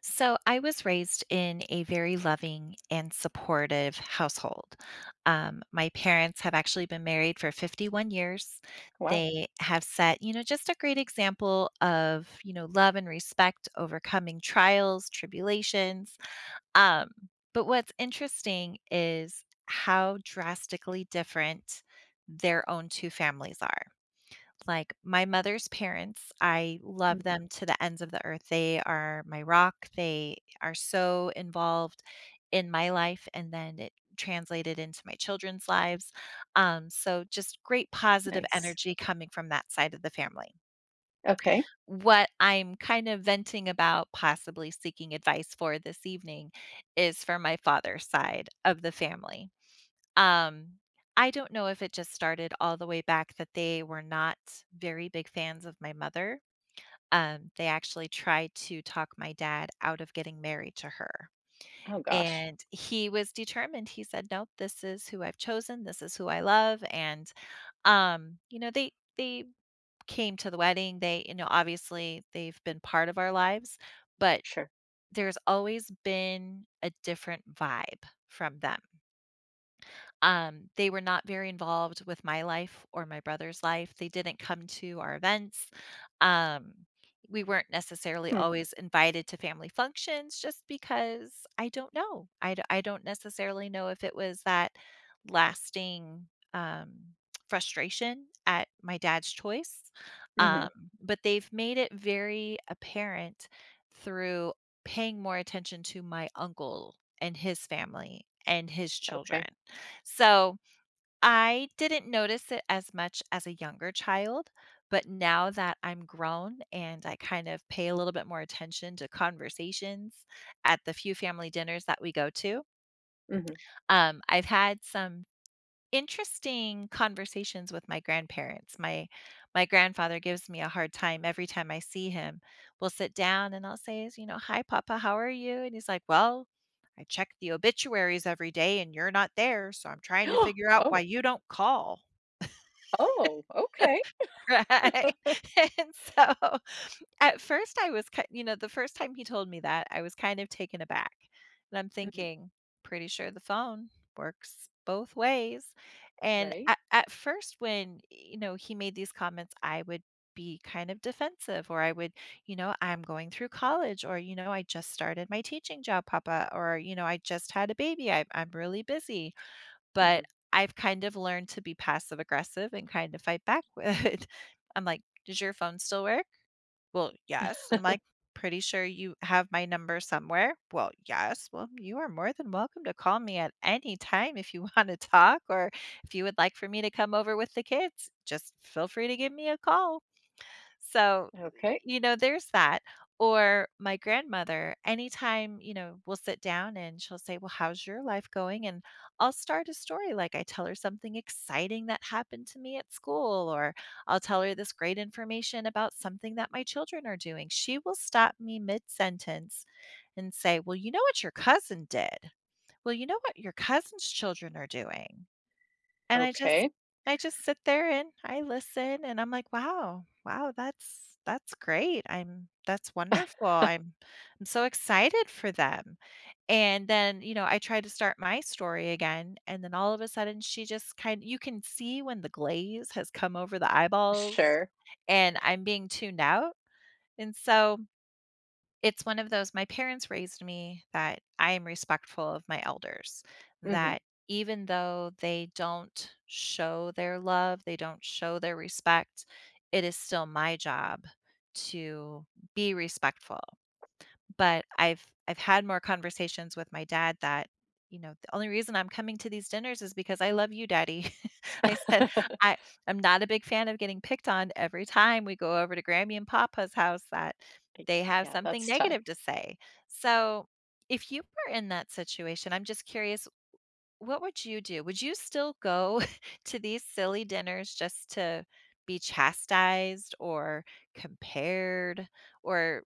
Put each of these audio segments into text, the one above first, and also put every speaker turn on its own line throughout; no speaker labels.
So, I was raised in a very loving and supportive household. My parents have actually been married for 51 years.
Wow.
They have set, you know, just a great example of, you know, love and respect overcoming trials, tribulations. Um, but what's interesting is how drastically different their own two families are. Like, my mother's parents, I love
Mhm.
them to the ends of the earth. They are my rock. They are so involved in my life, and then it translated into my children's lives. So just great positive
Nice.
energy coming from that side of the family.
Okay.
What I'm kind of venting about, possibly seeking advice for this evening, is for my father's side of the family. Um, I don't know if it just started all the way back that they were not very big fans of my mother. They actually tried to talk my dad out of getting married to her.
Oh gosh.
And he was determined. He said, "Nope, this is who I've chosen. This is who I love." And you know, they came to the wedding. They, you know, obviously they've been part of our lives, but
Sure.
there's always been a different vibe from them. They were not very involved with my life or my brother's life. They didn't come to our events. Um, we weren't necessarily
Hmm.
always invited to family functions just because I don't know. I don't necessarily know if it was that lasting um, frustration at my dad's choice, um,
Mhm.
but they've made it very apparent through paying more attention to my uncle and his family and his children.
Okay.
So, I didn't notice it as much as a younger child, but now that I'm grown and I kind of pay a little bit more attention to conversations at the few family dinners that we go to,
Mhm.
I've had some interesting conversations with my grandparents. My grandfather gives me a hard time every time I see him. We'll sit down and I'll say, you know, "Hi papa, how are you?" And he's like, "Well, I check the obituaries every day and you're not there, so I'm trying to figure out why
Oh.
you don't call."
Oh, okay.
Right? And so, at first I was ki you know, the first time he told me that, I was kind of taken aback, and I'm
Mhm.
thinking, "Pretty sure the phone works both ways." And
Right?
at first when, you know, he made these comments, I would be kind of defensive, or I would, you know, "I'm going through college," or, you know, "I just started my teaching job, papa," or, you know, "I just had a baby, I'm really busy." But
Mhm.
I've kind of learned to be passive aggressive and kind of fight back with it. I'm like, "Does your phone still work?" "Well, yes." And I'm like, "Pretty sure you have my number somewhere?" "Well, yes." "Well, you are more than welcome to call me at any time if you wanna talk or if you would like for me to come over with the kids. Just feel free to give me a call." So,
Okay.
you know, there's that. Or my grandmother, anytime, you know, we'll sit down and she'll say, "Well, how's your life going?" And I'll start a story. Like I tell her something exciting that happened to me at school, or I'll tell her this great information about something that my children are doing. She will stop me mid sentence and say, "Well, you know what your cousin did? Well, you know what your cousin's children are doing?" And
Okay.
I just sit there and I listen and I'm like, "Wow, wow, that's great. I'm That's wonderful. I'm so excited for them." And then, you know, I tried to start my story again, and then all of a sudden she just kind you can see when the glaze has come over the eyeballs
Sure.
and I'm being tuned out. And so it's one of those my parents raised me that I am respectful of my elders,
Mhm.
that even though they don't show their love, they don't show their respect, it is still my job to be respectful. But I've had more conversations with my dad that, you know, "The only reason I'm coming to these dinners is because I love you, daddy." I said, "I I'm not a big fan of getting picked on every time we go over to Grammy and Papa's house that they have
Yeah,
something
that's tough.
negative to say." So, if you were in that situation, I'm just curious, what would you do? Would you still go to these silly dinners just to be chastised or compared or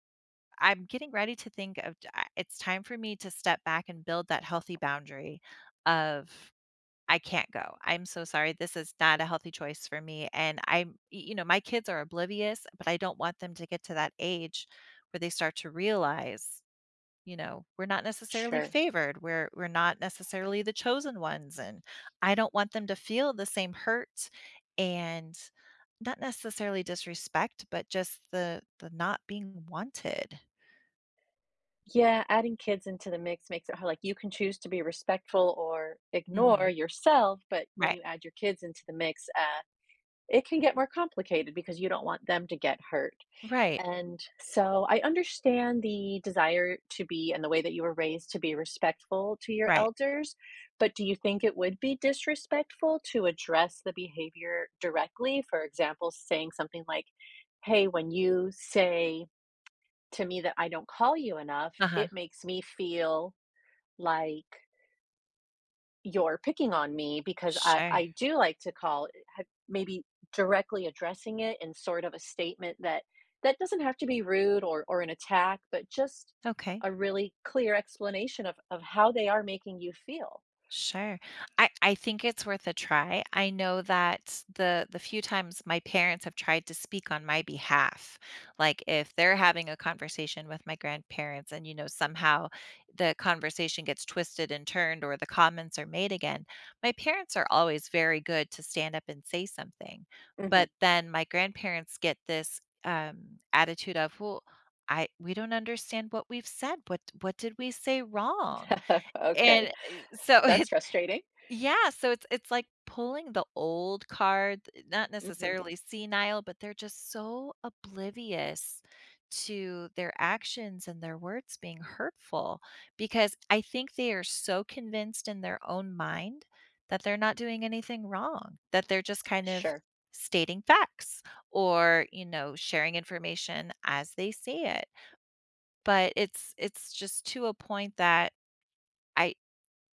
I'm getting ready to think of t- I- it's time for me to step back and build that healthy boundary of I can't go. I'm so sorry. This is not a healthy choice for me. And you know, my kids are oblivious, but I don't want them to get to that age where they start to realize, you know, we're not necessarily
Sure.
favored. We're not necessarily the chosen ones. And I don't want them to feel the same hurt and not necessarily disrespect, but just the not being wanted.
Yeah, adding kids into the mix makes it hard. Like you can choose to be respectful or ignore
Mhm.
yourself, but when
Right.
you add your kids into the mix, it can get more complicated because you don't want them to get hurt.
Right.
And so I understand the desire to be and the way that you were raised to be respectful to your
Right.
elders, but do you think it would be disrespectful to address the behavior directly? For example, saying something like, hey, when you say to me that I don't call you enough,
Uh-huh.
it makes me feel like you're picking on me because I,
Sure.
I do like to call it- ha- maybe directly addressing it in sort of a statement that doesn't have to be rude, or an attack, but just
Okay.
a really clear explanation of how they are making you feel.
Sure. I think it's worth a try. I know that the few times my parents have tried to speak on my behalf, like if they're having a conversation with my grandparents and you know somehow the conversation gets twisted and turned or the comments are made again, my parents are always very good to stand up and say something.
Hmm.
But then my grandparents get this attitude of, "Well, I we don't understand what we've said. What did we say wrong?" And
Okay,
so it's
that's frustrating.
yeah, so it's like pulling the old card, eh, not
Hmm.
necessarily senile, but they're just so oblivious to their actions and their words being hurtful because I think they are so convinced in their own mind that they're not doing anything wrong, that they're just kind of
Sure.
stating facts or, you know, sharing information as they see it. But it's just to a point that I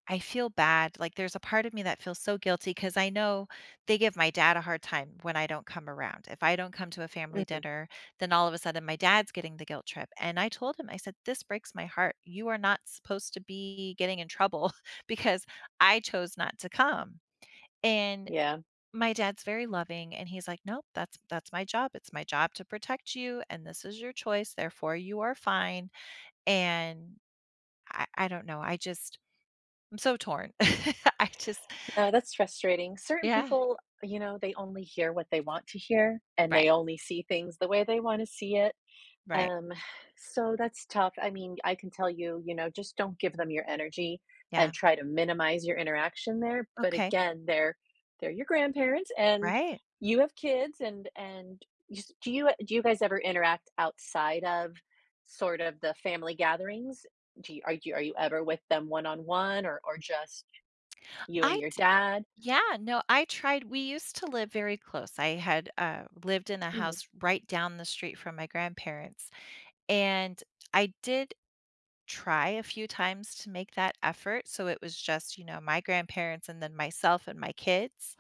I feel bad. Like there's a part of me that feels so guilty because I know they give my dad a hard time when I don't come around. If I don't come to a family
Hmm.
dinner, then all of a sudden my dad's getting the guilt trip. And I told him, I said, "This breaks my heart. You are not supposed to be getting in trouble because I chose not to come." And
Yeah,
my dad's very loving and he's like, "Nope, that's my job. It's my job to protect you and this is your choice. Therefore you are fine." And I don't know. I'm so torn. I just
no, that's frustrating. Certain
Yeah,
people, you know, they only hear what they want to hear and
right,
they only see things the way they want to see it.
right,
Um, so that's tough. I mean, I can tell you, you know, just don't give them your energy
yeah,
and try to minimize your interaction there. But
okay,
again, they're your grandparents and
right.
you have kids and you s- do you guys ever interact outside of sort of the family gatherings? Do you, are you ever with them one on one, or just you
I
and your
d
dad?
Yeah, no, I tried we used to live very close. I had, lived in a
Mhm.
house right down the street from my grandparents, and I did try a few times to make that effort, so it was just, you know, my grandparents and then myself and my kids.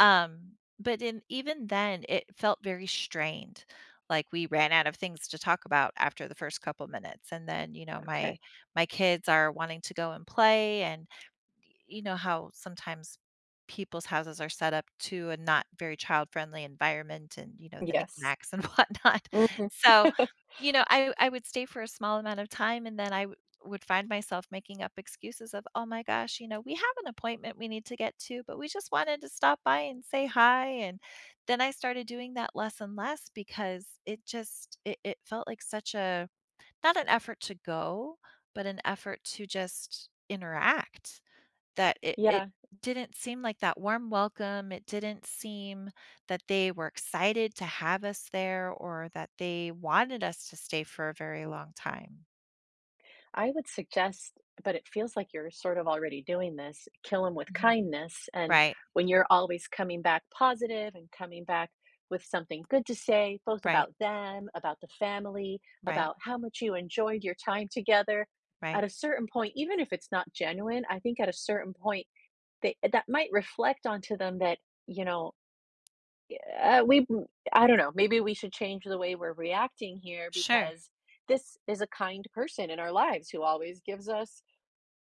Um, but in even then, it felt very strained. Like we ran out of things to talk about after the first couple minutes, and then you know my
Okay.
my kids are wanting to go and play, and you know how sometimes people's houses are set up to a not very child friendly environment and you know the
Yes.
knickknacks and whatnot
Hmm.
so you know I would stay for a small amount of time and then would find myself making up excuses of oh my gosh you know we have an appointment we need to get to but we just wanted to stop by and say hi and then I started doing that less and less because it felt like such a not an effort to go but an effort to just interact that it
Yeah.
didn't seem like that warm welcome. It didn't seem that they were excited to have us there or that they wanted us to stay for a very long time.
I would suggest, but it feels like you're sort of already doing this, kill them with
Mhm.
kindness. And
Right.
when you're always coming back positive and coming back with something good to say, both
Right.
about them, about the family,
Right.
about how much you enjoyed your time together, at
Right.
a certain point, even if it's not genuine, I think at a certain point, they, that might reflect onto them that, you know, yeah, we I don't know, maybe we should change the way we're reacting here
Sure.
because this is a kind person in our lives who always gives us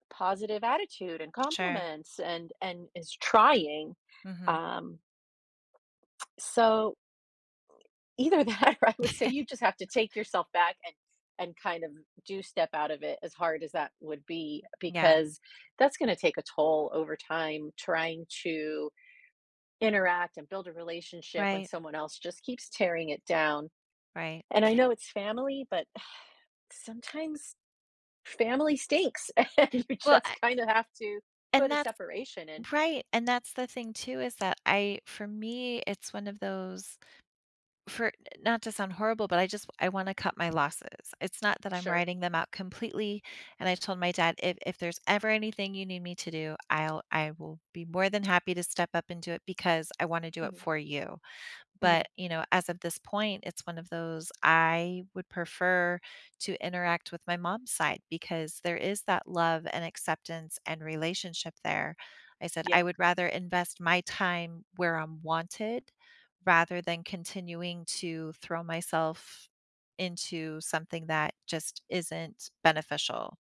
positive attitude and
Sure.
compliments and is trying.
Mhm.
Um, so either that, or I would say you just have to take yourself back and kind of do step out of it as hard as that would be,
Yeah.
because that's gonna take a toll over time trying to interact and build a relationship when
Right.
someone else just keeps tearing it down.
Right.
And I know it's family, but sometimes family stinks, and you
Well,
just
I
kinda have to
and
put a
that's
separation in.
Right, and that's the thing too is that I for me, it's one of those for not to sound horrible, but I wanna cut my losses. It's not that I'm
Sure.
writing them out completely, and I told my dad, "If there's ever anything you need me to do, I will be more than happy to step up and do it because I wanna do it
Mhm,
for you."
mhm.
But, you know, as of this point, it's one of those I would prefer to interact with my mom's side because there is that love and acceptance and relationship there. I said, I
Yep,
would rather invest my time where I'm wanted rather than continuing to throw myself into something that just isn't beneficial.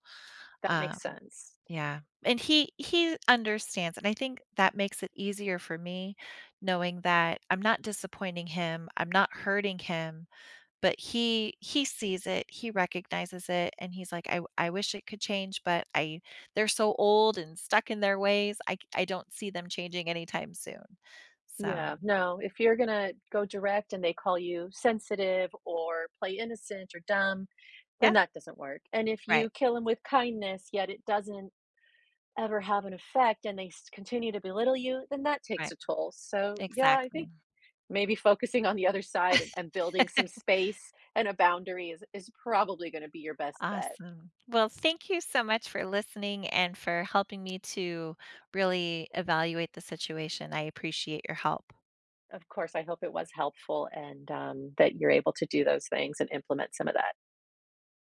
that
Um,
makes sense.
yeah, and he understands, and I think that makes it easier for me knowing that I'm not disappointing him, I'm not hurting him, but he sees it, he recognizes it, and he's like, I wish it could change, but I they're so old and stuck in their ways. I don't see them changing anytime soon." So
Yeah, no, if you're gonna go direct and they call you sensitive or play innocent or dumb, then
yeah,
that doesn't work. And if you
right,
kill them with kindness, yet it doesn't ever have an effect and they s continue to belittle you, then that takes a
right,
toll. So, yeah, I think
exactly.
maybe focusing on the other side, and building some space and a boundary is probably going to be your best bet.
Awesome. Well, thank you so much for listening and for helping me to really evaluate the situation. I appreciate your help.
Of course, I hope it was helpful, and that you're able to do those things and implement some of that.